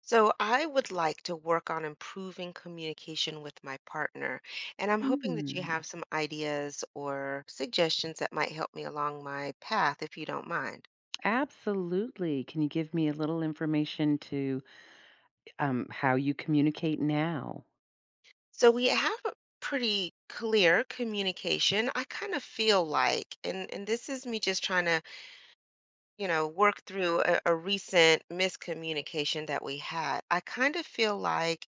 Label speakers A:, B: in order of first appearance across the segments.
A: So I would like to work on improving communication with my partner, and I'm hoping that you have
B: Mhm.
A: some ideas or suggestions that might help me along my path if you don't mind.
B: Absolutely. Can you give me a little information to how you communicate now?
A: So we have a pretty clear communication. I kind of feel like, and this is me just trying to, work through a recent miscommunication that we had. I kind of feel like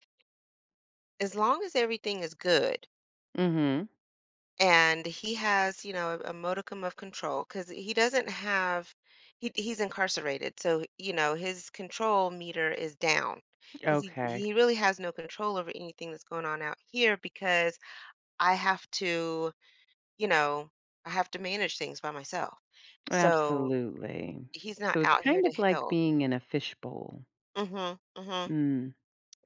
A: as long as everything is good
B: Mhm.
A: and he has a modicum of control, because he doesn't have he, he's incarcerated, so his control meter is down because he,
B: Okay.
A: he really has no control over anything that's going on out here, because i have to you know I have to manage things by myself. Mm. So
B: Absolutely.
A: he's not
B: So it's
A: out here
B: kind of
A: to
B: like
A: help.
B: being in a fishbowl.
A: Hmm, hmm.
B: Mm.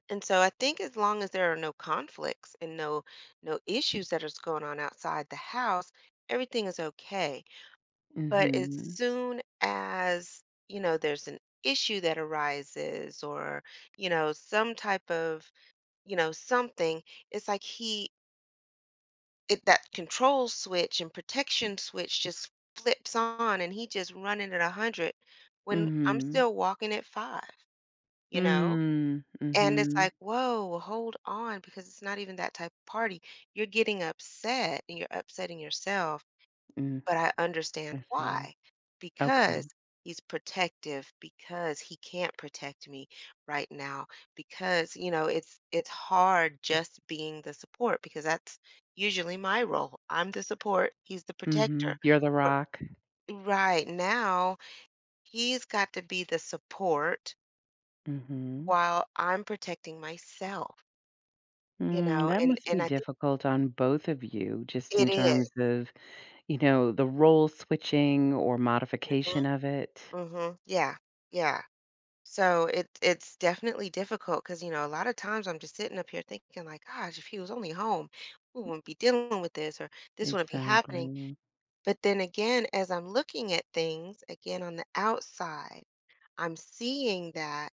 A: And so I think as long as there are no conflicts and no issues that is going on outside the house, everything is okay. But as
B: Mhm.
A: soon as, there's an issue that arises, or, some type of, something, it's like that control switch and protection switch just flips on, and he just running at 100 when I'm
B: Mhm.
A: still walking at five, you know?
B: Mm.
A: And it's
B: Mhm.
A: like, whoa, hold on, because it's not even that type of party. You're getting upset and you're upsetting yourself,
B: Mm.
A: but I understand
B: I see.
A: why,
B: Okay.
A: because he's protective, because he can't protect me right now, because, it's hard just being the support, because that's usually my role. I'm the support, he's the protector.
B: Mhm. You're the
A: But
B: rock.
A: right now, he's got to be the support
B: Mhm.
A: while I'm protecting myself,
B: Mm, that
A: and
B: must be
A: and I think
B: difficult on both of you, just
A: it
B: in
A: is.
B: terms of You know, the role switching or
A: Mhm.
B: modification of it.
A: Mhm. Yeah. Yeah. So it's definitely difficult because, a lot of times I'm just sitting up here thinking like, gosh, if he was only home, we wouldn't be dealing with this, or this wouldn't be happening.
B: Exactly.
A: But then again, as I'm looking at things again on the outside, I'm seeing that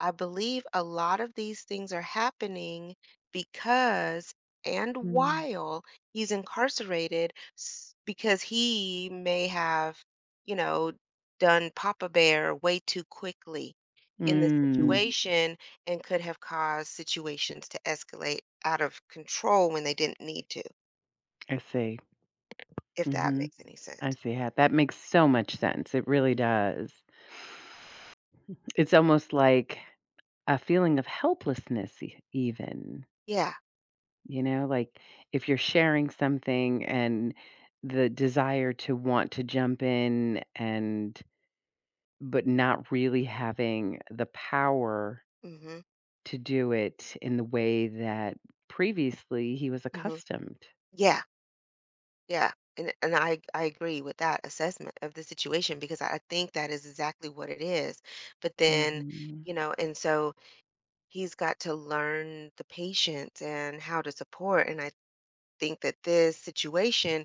A: I believe a lot of these things are happening because and
B: Mm.
A: while he's incarcerated s- because he may have, you know, done Papa Bear way too quickly in the
B: Mm,
A: situation, and could have caused situations to escalate out of control when they didn't need to,
B: I see.
A: if that
B: Mhm.
A: makes any
B: I
A: sense.
B: see how that makes so much sense. It really does. It's almost like a feeling of helplessness, e even,
A: Yeah.
B: you know, like, if you're sharing something and the desire to want to jump in, and but not really having the power
A: Mhm.
B: to do it in the way that previously he was
A: Mhm.
B: accustomed.
A: Yeah. Yeah, and I agree with that assessment of the situation, because I think that is exactly what it is. But then,
B: Mhm.
A: and so he's got to learn the patience and how to support. And I think that this situation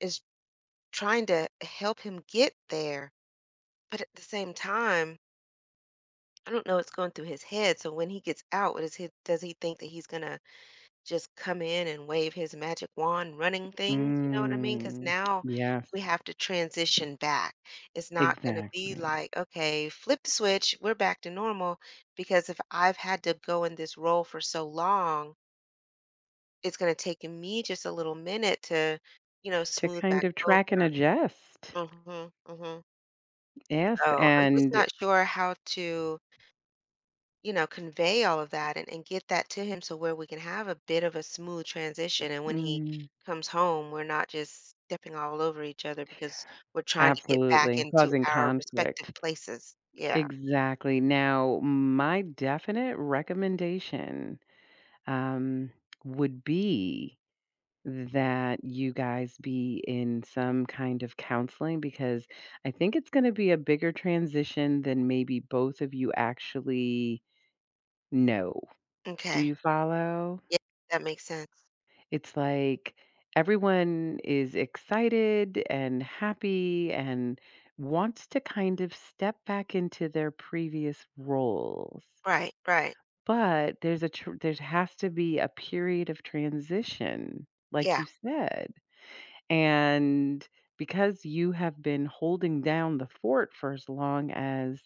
A: is trying to help him get there. But at the same time, I don't know what's going through his head. So when he gets out, does he think that he's gonna just come in and wave his magic wand running things, you know what I mean? Because
B: Mm,
A: now
B: yes,
A: we have to transition back. It's not going to be
B: exactly.
A: like, okay, flip the switch, we're back to normal. Because if I've had to go in this role for so long, it's going to take me just a little minute to,
B: To
A: smooth
B: kind
A: back
B: of track and
A: over.
B: adjust.
A: Hmm, hmm.
B: Yes.
A: So I'm just
B: and
A: not sure how to, convey all of that, and get that to him, so where we can have a bit of a smooth transition. And when he
B: mm,
A: comes home, we're not just stepping all over each other because we're trying to get back
B: absolutely,
A: into
B: causing
A: our respective
B: conflict.
A: places. Yeah.
B: Exactly. Now, my definite recommendation, um, would be that you guys be in some kind of counseling because I think it's going to be a bigger transition than maybe both of you actually know. Do
A: Okay.
B: you follow?
A: Yeah. That makes sense.
B: It's like everyone is excited and happy and wants to kind of step back into their previous roles.
A: Right. Right.
B: But there's a there has to be a period of transition like
A: Yeah.
B: you said. And because you have been holding down the fort for as long as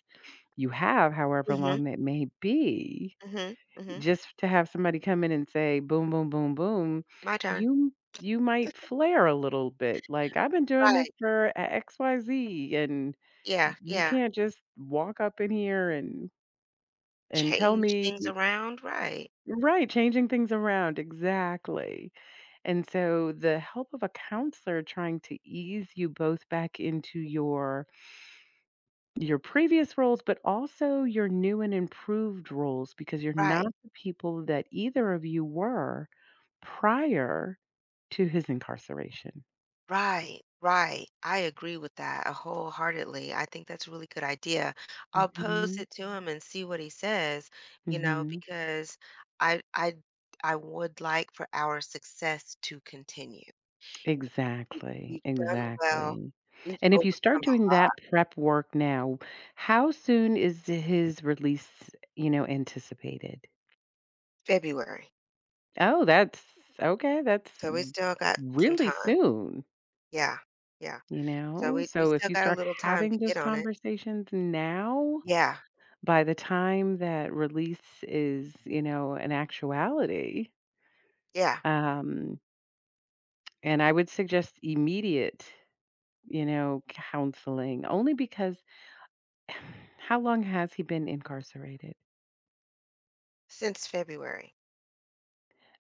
B: you have, however
A: Mm hmm.
B: long that may be,
A: Mm hmm. Mm hmm.
B: just to have somebody come in and say, boom, boom, boom, boom,
A: My turn.
B: you you might flare a little bit like, I've been doing this
A: Right.
B: for xyz, and
A: Yeah.
B: you
A: Yeah.
B: can't just walk up in here and tell
A: Change
B: me,
A: things around. Right.
B: right, changing things around, exactly. And so the help of a counselor trying to ease you both back into your previous roles, but also your new and improved roles, because you're not
A: Right,
B: the people that either of you were prior to his incarceration.
A: right. right. I agree with that wholeheartedly. I think that's a really good idea. I'll pose
B: Mhm.
A: it to him and see what he says,
B: Mhm.
A: because I I I would like for our success to continue. You know, we-
B: Exactly.
A: We've done well.
B: Exactly.
A: We've
B: And if you start
A: overcome.
B: doing that prep work now, how soon is his release, you know, anticipated?
A: February.
B: Oh, that's okay, that's
A: So we
B: m
A: still got some
B: really
A: time.
B: soon,
A: Yeah. Yeah.
B: you
A: So
B: know?
A: we
B: So if
A: still
B: you
A: got a
B: start
A: little time
B: having
A: to
B: those
A: get on it.
B: conversations now,
A: Yeah.
B: by the time that release is, you know, an actuality,
A: Yeah.
B: um, and I would suggest immediate, you know, counseling only because how long has he been incarcerated?
A: Since February.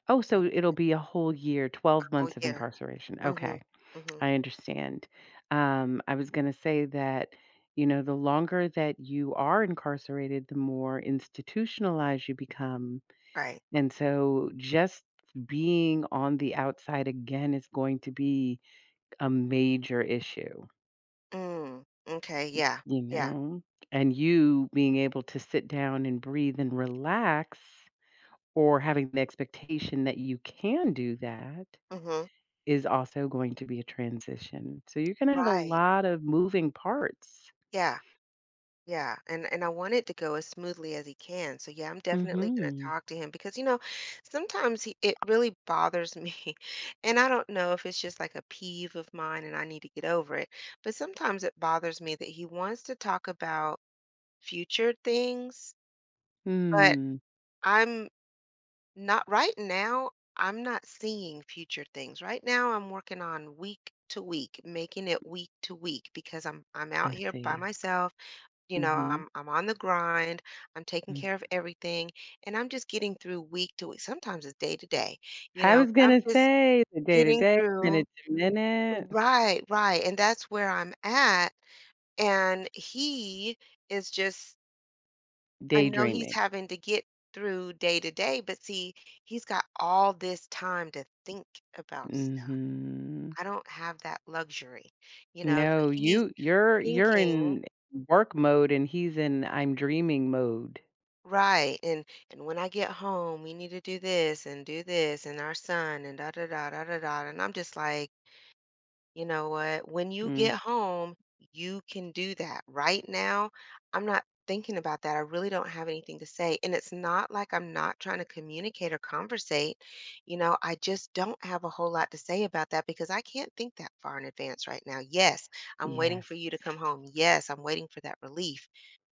B: Oh,
A: So a
B: so it'll be a whole year, 12
A: whole
B: months of
A: year.
B: incarceration,
A: Mhm.
B: okay.
A: Mhm.
B: I understand. I was going to say that, you know, the longer that you are incarcerated, the more institutionalized you become.
A: Right.
B: And so just being on the outside again is going to be a major issue,
A: Mm, okay, yeah,
B: you
A: yeah,
B: know? And you being able to sit down and breathe and relax, or having the expectation that you can do that,
A: mhm,
B: is also going to be a transition. So you're going to have a
A: right,
B: lot of moving parts.
A: yeah, yeah, and I want it to go as smoothly as he can, so yeah, I'm definitely gonna
B: Mhm.
A: talk to him, because, sometimes he it really bothers me, and I don't know if it's just like a peeve of mine and I need to get over it, but sometimes it bothers me that he wants to talk about future things, but
B: Hmm,
A: I'm Not right now, I'm not seeing future things. Right now, I'm working on week to week, making it week to week, because I'm out
B: I
A: here by
B: see.
A: myself. You know,
B: Mhm,
A: I'm I'm on the grind. I'm taking care of
B: mm.
A: everything, and I'm just getting through week to week. Sometimes it's day to day,
B: I was
A: but I'm
B: gonna
A: just
B: say the day to
A: getting
B: day,
A: through.
B: minute to minute,
A: Right, right. And that's where I'm at. And he is just I know he's
B: daydreaming.
A: having to get through day to day, but see, he's got all this time to think about stuff.
B: Mhm.
A: I don't have that luxury. So
B: No,
A: he's
B: you're
A: thinking,
B: in work mode and he's in I'm dreaming mode.
A: right, and when I get home, we need to do this, and our son and da da da da da da. And I'm just like, you know what? When you
B: Mm,
A: get home, you can do that. Right now, I'm not thinking about that. I really don't have anything to say. And it's not like I'm not trying to communicate or conversate. I just don't have a whole lot to say about that because I can't think that far in advance right now. Yes, I'm waiting
B: yes.
A: for you to come home. Yes, I'm waiting for that relief.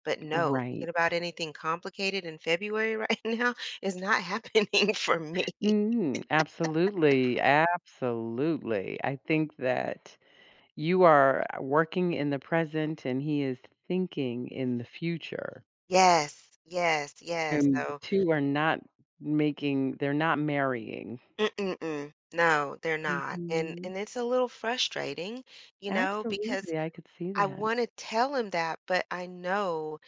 A: But no, thinking
B: Right.
A: about anything complicated in February right now is not happening for me.
B: Mm, absolutely, absolutely. I think that you are working in the present and he is thinking in the future.
A: Yes, yes, yes.
B: And the two are not making they're not marrying.
A: Mm-mm-mm. No, they're not, and
B: Mhm.
A: and it's a little frustrating, because
B: Absolutely, I could see
A: I
B: that.
A: wanna tell him that, but I know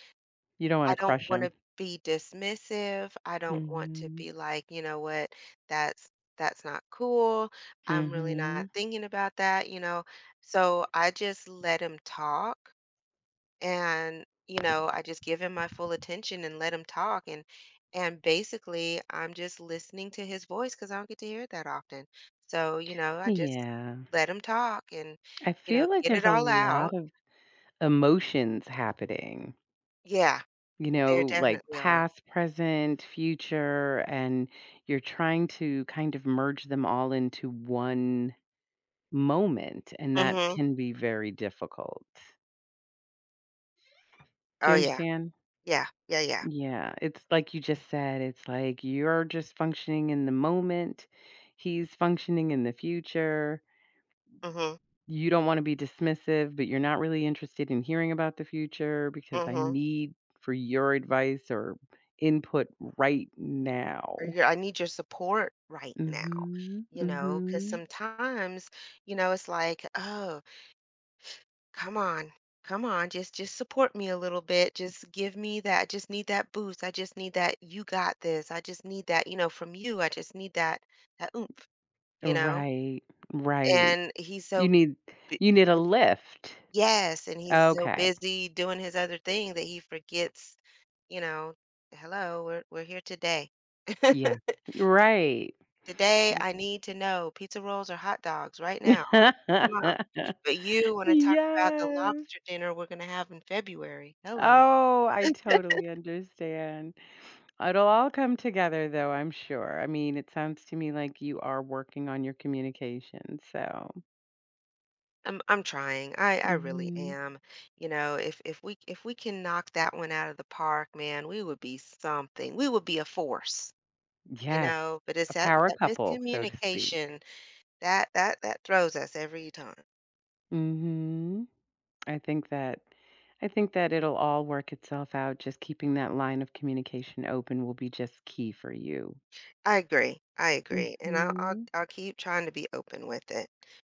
B: You don't
A: I
B: wanna
A: don't
B: crush 'em.
A: wanna be dismissive, I don't want to
B: Mhm.
A: be like, "You know what? That's that's not cool. I'm really
B: Mhm.
A: not thinking about that," So, I just let him talk and I just give him my full attention and let him talk, and basically I'm just listening to his voice because I don't get to hear it that often, so I just
B: Yeah.
A: let him talk and
B: I feel like
A: get
B: there's
A: it
B: a
A: all
B: lot
A: out.
B: of emotions happening,
A: Yeah,
B: you
A: there
B: know, like
A: definitely are.
B: past, present, future, and you're trying to kind of merge them all into one moment, and that
A: Mm-hmm.
B: can be very difficult. Do you
A: Oh, yeah.
B: understand?
A: Yeah, yeah, yeah.
B: Yeah, it's like you just said, it's like you're just functioning in the moment. He's functioning in the future.
A: Mm-hmm.
B: You don't want to be dismissive, but you're not really interested in hearing about the future, because I
A: Mm-hmm.
B: need for your advice or input right now.
A: I need your support right now.
B: Mhm.
A: Because
B: Mhm.
A: sometimes, it's like, oh, come on. Come on. Just support me a little bit. Just give me that. I just need that boost. I just need that you got this. I just need that from you. I just need that oomph, you know?
B: Right. Right.
A: And he's
B: You
A: so
B: need
A: bu-
B: you need a
A: busy.
B: lift.
A: Yes, and he's so
B: Okay.
A: busy doing his other thing that he forgets, you know, hello, we're here today.
B: Yes. Right.
A: Today I need to know pizza rolls or hot dogs right now. I mean, come on. But you want to talk about the
B: Yes.
A: lobster dinner we're going to have in February. Hello.
B: Oh, I totally understand. It'll all come together though, I'm sure. I mean, it sounds to me like you are working on your communication, so.
A: I'm trying. I really
B: Mhm.
A: am. If we can knock that one out of the park, man, we would be something. We would be a force, you know,
B: Yes,
A: but it's
B: a
A: that
B: power
A: that
B: couple, so to speak.
A: miscommunication that throws us every time.
B: Mhm. I think that I think that it'll all work itself out. Just keeping that line of communication open will be just key for you.
A: I agree. I agree. And I'll I'll,
B: Mhm.
A: I'll keep trying to be open with it.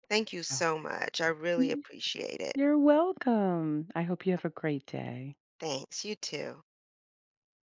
A: Thank you so
B: Okay.
A: much. I really
B: You
A: appreciate it.
B: you're welcome. I hope you have a great day.
A: Thanks. You too.